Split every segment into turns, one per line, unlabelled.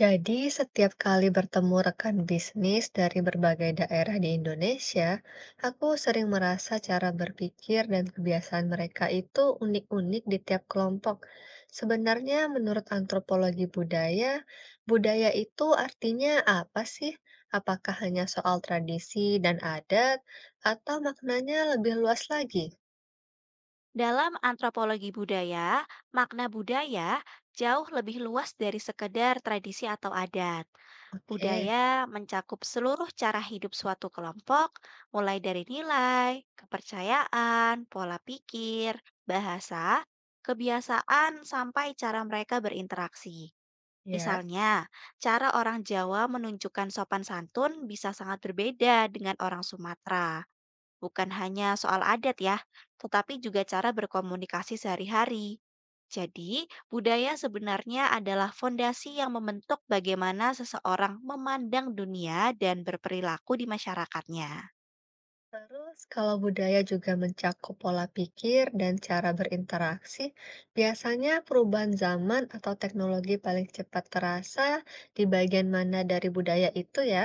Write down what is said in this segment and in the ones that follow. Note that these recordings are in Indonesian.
Jadi, setiap kali bertemu rekan bisnis dari berbagai daerah di Indonesia, aku sering merasa cara berpikir dan kebiasaan mereka itu unik-unik di tiap kelompok. Sebenarnya, menurut antropologi budaya, budaya itu artinya apa sih? Apakah hanya soal tradisi dan adat, atau maknanya lebih luas lagi?
Dalam antropologi budaya, makna budaya jauh lebih luas dari sekedar tradisi atau adat.
Oke,
Budaya mencakup seluruh cara hidup suatu kelompok, mulai dari nilai, kepercayaan, pola pikir, bahasa, kebiasaan, sampai cara mereka berinteraksi.
ya.
Misalnya, cara orang Jawa menunjukkan sopan santun bisa sangat berbeda dengan orang Sumatera bukan hanya soal adat ya, tetapi juga cara berkomunikasi sehari-hari. Jadi, budaya sebenarnya adalah fondasi yang membentuk bagaimana seseorang memandang dunia dan berperilaku di masyarakatnya.
Terus kalau budaya juga mencakup pola pikir dan cara berinteraksi, biasanya perubahan zaman atau teknologi paling cepat terasa di bagian mana dari budaya itu ya?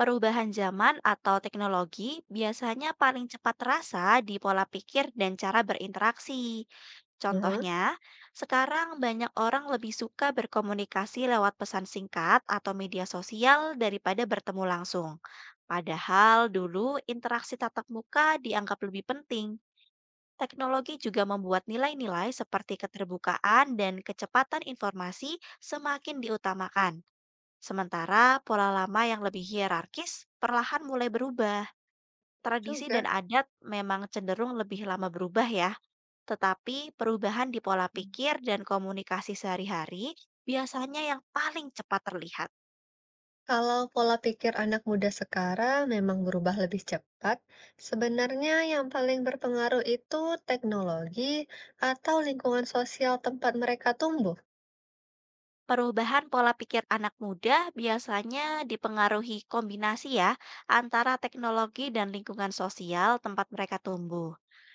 Perubahan zaman atau teknologi biasanya paling cepat terasa di pola pikir dan cara berinteraksi.
Heeh,
Contohnya, sekarang banyak orang lebih suka berkomunikasi lewat pesan singkat atau media sosial daripada bertemu langsung. Padahal dulu interaksi tatap muka dianggap lebih penting. Teknologi juga membuat nilai-nilai seperti keterbukaan dan kecepatan informasi semakin diutamakan. Sementara pola lama yang lebih hierarkis perlahan mulai berubah.
betul
Tradisi
juga.
dan adat memang cenderung lebih lama berubah ya, tetapi perubahan di pola
Hmm.
pikir dan komunikasi sehari-hari biasanya yang paling cepat terlihat.
Kalau pola pikir anak muda sekarang memang berubah lebih cepat, sebenarnya yang paling berpengaruh itu teknologi atau lingkungan sosial tempat mereka tumbuh.
Perubahan pola pikir anak muda biasanya dipengaruhi kombinasi ya antara teknologi dan lingkungan sosial tempat mereka tumbuh.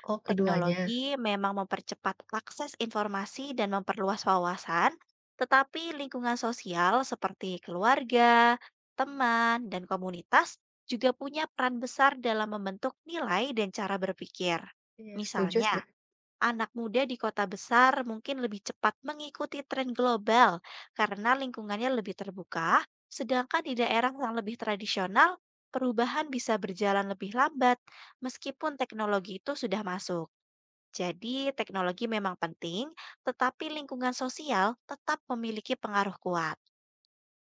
Oh, keduanya.
Teknologi memang mempercepat akses informasi dan memperluas wawasan, tetapi lingkungan sosial seperti keluarga, teman, dan komunitas juga punya peran besar dalam membentuk nilai dan cara berpikir.
Iya, setuju sih.
Misalnya, anak muda di kota besar mungkin lebih cepat mengikuti tren global karena lingkungannya lebih terbuka, sedangkan di daerah yang lebih tradisional, perubahan bisa berjalan lebih lambat meskipun teknologi itu sudah masuk. Jadi, teknologi memang penting, tetapi lingkungan sosial tetap memiliki pengaruh kuat.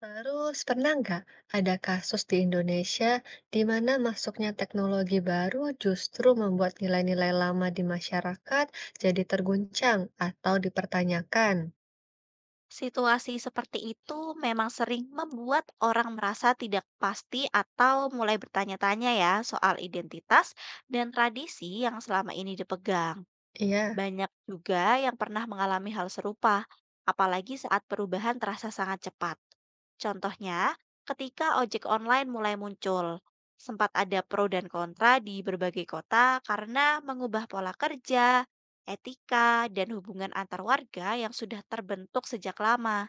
Terus, pernah nggak ada kasus di Indonesia di mana masuknya teknologi baru justru membuat nilai-nilai lama di masyarakat jadi terguncang atau dipertanyakan?
Situasi seperti itu memang sering membuat orang merasa tidak pasti atau mulai bertanya-tanya ya soal identitas dan tradisi yang selama ini dipegang.
Iya,
Banyak juga yang pernah mengalami hal serupa, apalagi saat perubahan terasa sangat cepat. Contohnya, ketika ojek online mulai muncul, sempat ada pro dan kontra di berbagai kota karena mengubah pola kerja, etika, dan hubungan antar warga yang sudah terbentuk sejak lama.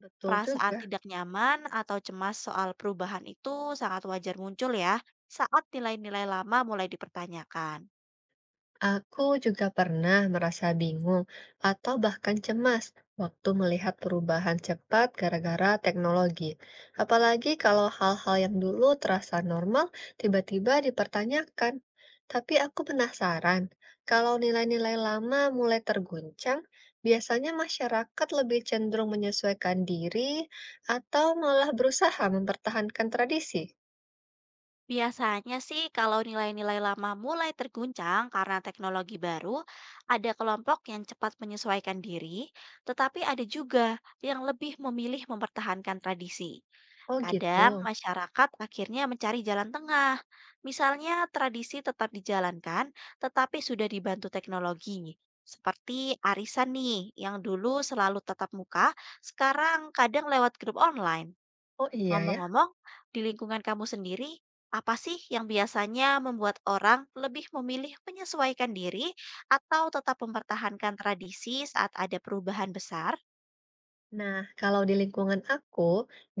betul
Perasaan
juga.
tidak nyaman atau cemas soal perubahan itu sangat wajar muncul ya, saat nilai-nilai lama mulai dipertanyakan.
Aku juga pernah merasa bingung atau bahkan cemas waktu melihat perubahan cepat gara-gara teknologi. Apalagi kalau hal-hal yang dulu terasa normal tiba-tiba dipertanyakan. Tapi aku penasaran, kalau nilai-nilai lama mulai terguncang, biasanya masyarakat lebih cenderung menyesuaikan diri atau malah berusaha mempertahankan tradisi.
Biasanya sih kalau nilai-nilai lama mulai terguncang karena teknologi baru, ada kelompok yang cepat menyesuaikan diri, tetapi ada juga yang lebih memilih mempertahankan tradisi.
Oh gitu.
Kadang masyarakat akhirnya mencari jalan tengah. Misalnya tradisi tetap dijalankan, tetapi sudah dibantu teknologi. Seperti arisan nih, yang dulu selalu tatap muka, sekarang kadang lewat grup online.
Oh iya ya.
Ngomong-ngomong, di lingkungan kamu sendiri, apa sih yang biasanya membuat orang lebih memilih menyesuaikan diri atau tetap mempertahankan tradisi saat ada perubahan besar?
Nah, kalau di lingkungan aku,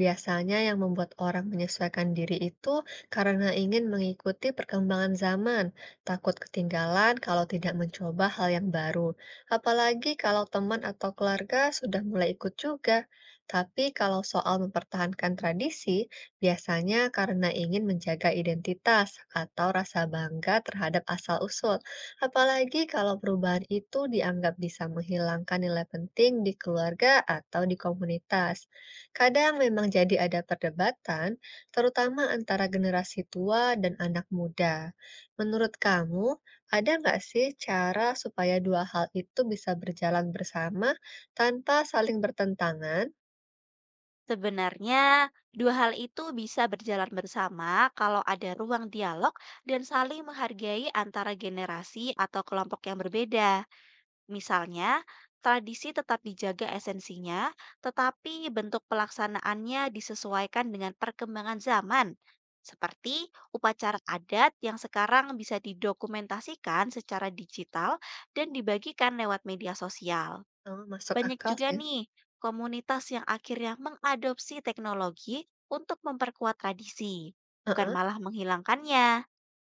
biasanya yang membuat orang menyesuaikan diri itu karena ingin mengikuti perkembangan zaman, takut ketinggalan kalau tidak mencoba hal yang baru. Apalagi kalau teman atau keluarga sudah mulai ikut juga. Tapi kalau soal mempertahankan tradisi, biasanya karena ingin menjaga identitas atau rasa bangga terhadap asal-usul. Apalagi kalau perubahan itu dianggap bisa menghilangkan nilai penting di keluarga atau di komunitas. Kadang memang jadi ada perdebatan, terutama antara generasi tua dan anak muda. Menurut kamu, ada nggak sih cara supaya dua hal itu bisa berjalan bersama tanpa saling bertentangan?
Sebenarnya, dua hal itu bisa berjalan bersama kalau ada ruang dialog dan saling menghargai antara generasi atau kelompok yang berbeda. Misalnya, tradisi tetap dijaga esensinya, tetapi bentuk pelaksanaannya disesuaikan dengan perkembangan zaman, seperti upacara adat yang sekarang bisa didokumentasikan secara digital dan dibagikan lewat media sosial.
Oh, masuk
Banyak
akal
juga
sih.
nih komunitas yang akhirnya mengadopsi teknologi untuk memperkuat tradisi, bukan
Heeh.
malah menghilangkannya.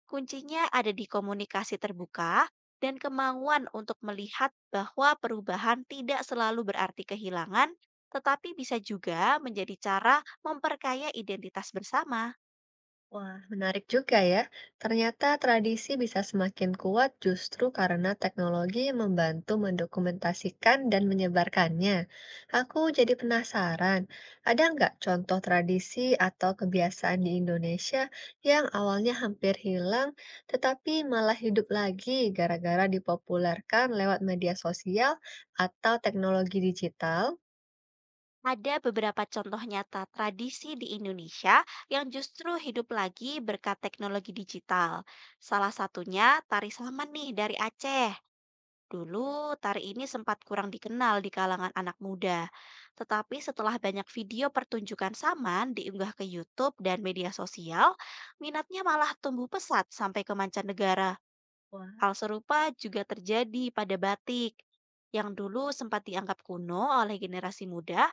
Kuncinya ada di komunikasi terbuka dan kemauan untuk melihat bahwa perubahan tidak selalu berarti kehilangan, tetapi bisa juga menjadi cara memperkaya identitas bersama.
Wah, menarik juga ya. Ternyata tradisi bisa semakin kuat justru karena teknologi yang membantu mendokumentasikan dan menyebarkannya. Aku jadi penasaran, ada nggak contoh tradisi atau kebiasaan di Indonesia yang awalnya hampir hilang, tetapi malah hidup lagi gara-gara dipopulerkan lewat media sosial atau teknologi digital?
Ada beberapa contoh nyata tradisi di Indonesia yang justru hidup lagi berkat teknologi digital. Salah satunya tari Saman nih dari Aceh. Dulu, tari ini sempat kurang dikenal di kalangan anak muda, tetapi setelah banyak video pertunjukan saman diunggah ke YouTube dan media sosial, minatnya malah tumbuh pesat sampai ke mancanegara.
Wah,
Hal serupa juga terjadi pada batik, yang dulu sempat dianggap kuno oleh generasi muda,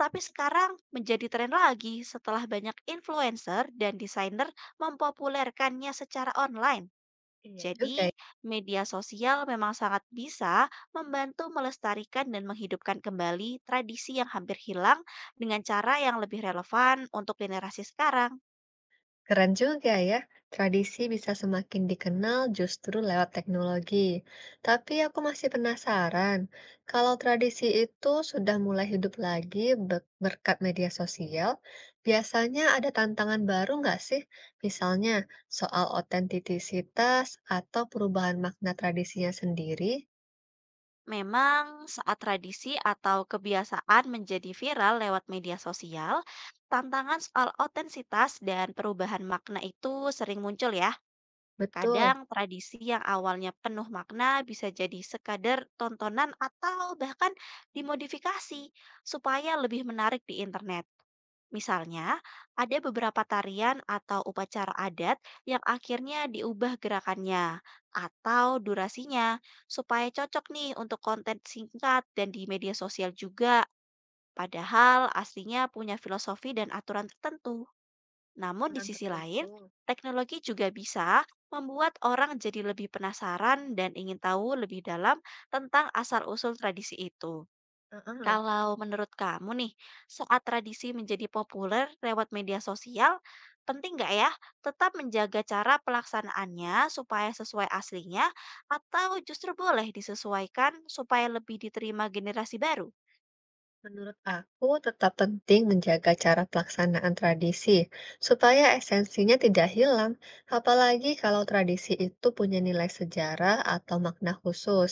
tapi sekarang menjadi tren lagi setelah banyak influencer dan desainer mempopulerkannya secara online.
iya juga.
Jadi, media sosial memang sangat bisa membantu melestarikan dan menghidupkan kembali tradisi yang hampir hilang dengan cara yang lebih relevan untuk generasi sekarang.
Keren juga ya, tradisi bisa semakin dikenal justru lewat teknologi. Tapi aku masih penasaran, kalau tradisi itu sudah mulai hidup lagi berkat media sosial, biasanya ada tantangan baru nggak sih? Misalnya soal otentisitas atau perubahan makna tradisinya sendiri?
Memang, saat tradisi atau kebiasaan menjadi viral lewat media sosial, tantangan soal otensitas dan perubahan makna itu sering muncul ya.
Betul,
Kadang tradisi yang awalnya penuh makna bisa jadi sekadar tontonan atau bahkan dimodifikasi supaya lebih menarik di internet. Misalnya, ada beberapa tarian atau upacara adat yang akhirnya diubah gerakannya atau durasinya supaya cocok nih untuk konten singkat dan di media sosial juga. Padahal aslinya punya filosofi dan aturan tertentu. Namun di
orang
sisi lain,
tertentu.
teknologi juga bisa membuat orang jadi lebih penasaran dan ingin tahu lebih dalam tentang asal-usul tradisi itu.
Heeh.
Kalau menurut kamu nih, saat tradisi menjadi populer lewat media sosial, penting nggak ya tetap menjaga cara pelaksanaannya supaya sesuai aslinya atau justru boleh disesuaikan supaya lebih diterima generasi baru?
Menurut aku, tetap penting menjaga cara pelaksanaan tradisi supaya esensinya tidak hilang, apalagi kalau tradisi itu punya nilai sejarah atau makna khusus.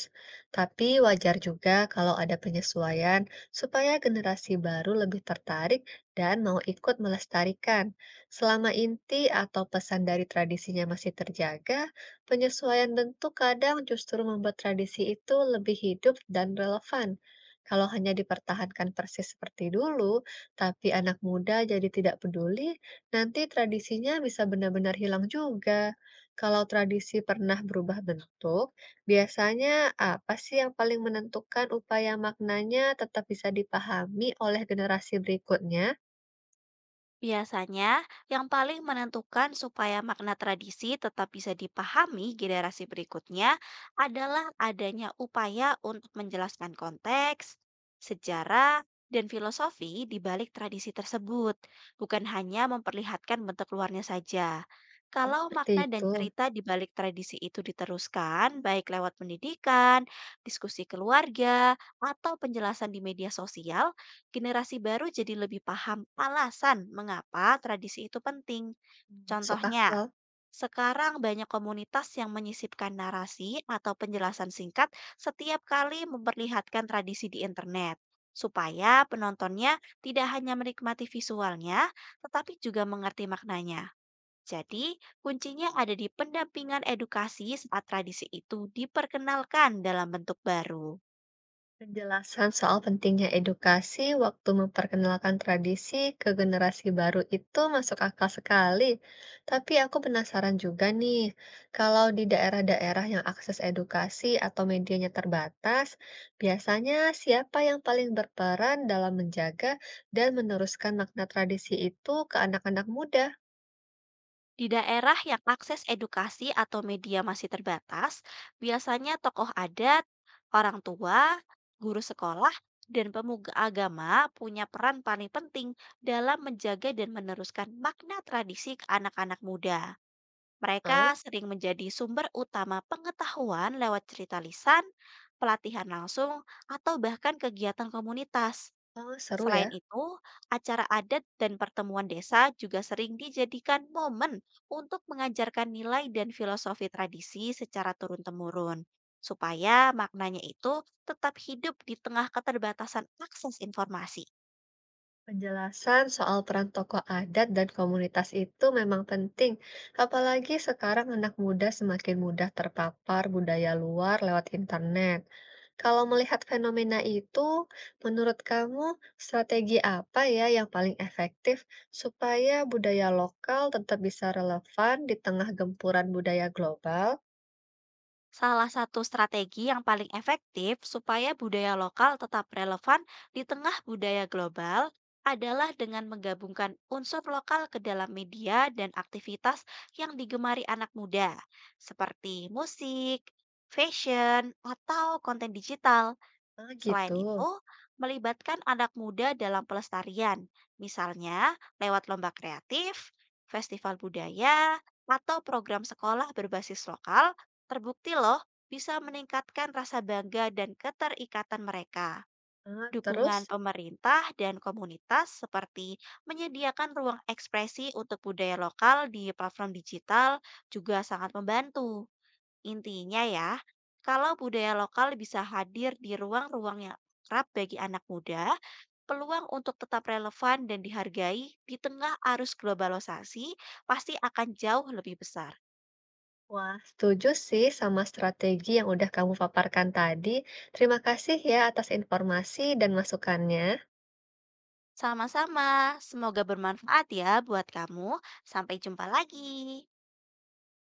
Tapi wajar juga kalau ada penyesuaian supaya generasi baru lebih tertarik dan mau ikut melestarikan. Selama inti atau pesan dari tradisinya masih terjaga, penyesuaian bentuk kadang justru membuat tradisi itu lebih hidup dan relevan. Kalau hanya dipertahankan persis seperti dulu, tapi anak muda jadi tidak peduli, nanti tradisinya bisa benar-benar hilang juga. Kalau tradisi pernah berubah bentuk, biasanya apa sih yang paling menentukan upaya maknanya tetap bisa dipahami oleh generasi berikutnya?
Biasanya, yang paling menentukan supaya makna tradisi tetap bisa dipahami generasi berikutnya adalah adanya upaya untuk menjelaskan konteks, sejarah, dan filosofi di balik tradisi tersebut, bukan hanya memperlihatkan bentuk luarnya saja.
Oh,
Kalau
seperti
makna
itu.
dan cerita di balik tradisi itu diteruskan, baik lewat pendidikan, diskusi keluarga, atau penjelasan di media sosial, generasi baru jadi lebih paham alasan mengapa tradisi itu penting.
Masuk
Contohnya,
akal.
sekarang banyak komunitas yang menyisipkan narasi atau penjelasan singkat setiap kali memperlihatkan tradisi di internet, supaya penontonnya tidak hanya menikmati visualnya, tetapi juga mengerti maknanya. Jadi, kuncinya ada di pendampingan edukasi saat tradisi itu diperkenalkan dalam bentuk baru.
Penjelasan soal pentingnya edukasi waktu memperkenalkan tradisi ke generasi baru itu masuk akal sekali. Tapi aku penasaran juga nih, kalau di daerah-daerah yang akses edukasi atau medianya terbatas, biasanya siapa yang paling berperan dalam menjaga dan meneruskan makna tradisi itu ke anak-anak muda?
Di daerah yang akses edukasi atau media masih terbatas, biasanya tokoh adat, orang tua, guru sekolah, dan pemuka agama punya peran paling penting dalam menjaga dan meneruskan makna tradisi ke anak-anak muda.
Ah,
Mereka sering menjadi sumber utama pengetahuan lewat cerita lisan, pelatihan langsung, atau bahkan kegiatan komunitas.
oh, seru ya.
Selain itu, acara adat dan pertemuan desa juga sering dijadikan momen untuk mengajarkan nilai dan filosofi tradisi secara turun-temurun, supaya maknanya itu tetap hidup di tengah keterbatasan akses informasi.
Penjelasan soal peran tokoh adat dan komunitas itu memang penting, apalagi sekarang anak muda semakin mudah terpapar budaya luar lewat internet. Kalau melihat fenomena itu, menurut kamu strategi apa ya yang paling efektif supaya budaya lokal tetap bisa relevan di tengah gempuran budaya global?
Salah satu strategi yang paling efektif supaya budaya lokal tetap relevan di tengah budaya global adalah dengan menggabungkan unsur lokal ke dalam media dan aktivitas yang digemari anak muda, seperti musik, fashion, atau konten digital.
Ah,
Selain
gitu.
itu, melibatkan anak muda dalam pelestarian, misalnya lewat lomba kreatif, festival budaya, atau program sekolah berbasis lokal, terbukti loh bisa meningkatkan rasa bangga dan keterikatan mereka.
Ah, terus?
Dukungan pemerintah dan komunitas seperti menyediakan ruang ekspresi untuk budaya lokal di platform digital juga sangat membantu. Intinya ya, kalau budaya lokal bisa hadir di ruang-ruang yang akrab bagi anak muda, peluang untuk tetap relevan dan dihargai di tengah arus globalisasi pasti akan jauh lebih besar.
Wah, setuju sih sama strategi yang udah kamu paparkan tadi. Terima kasih ya atas informasi dan masukannya.
Sama-sama, semoga bermanfaat ya buat kamu. Sampai jumpa lagi.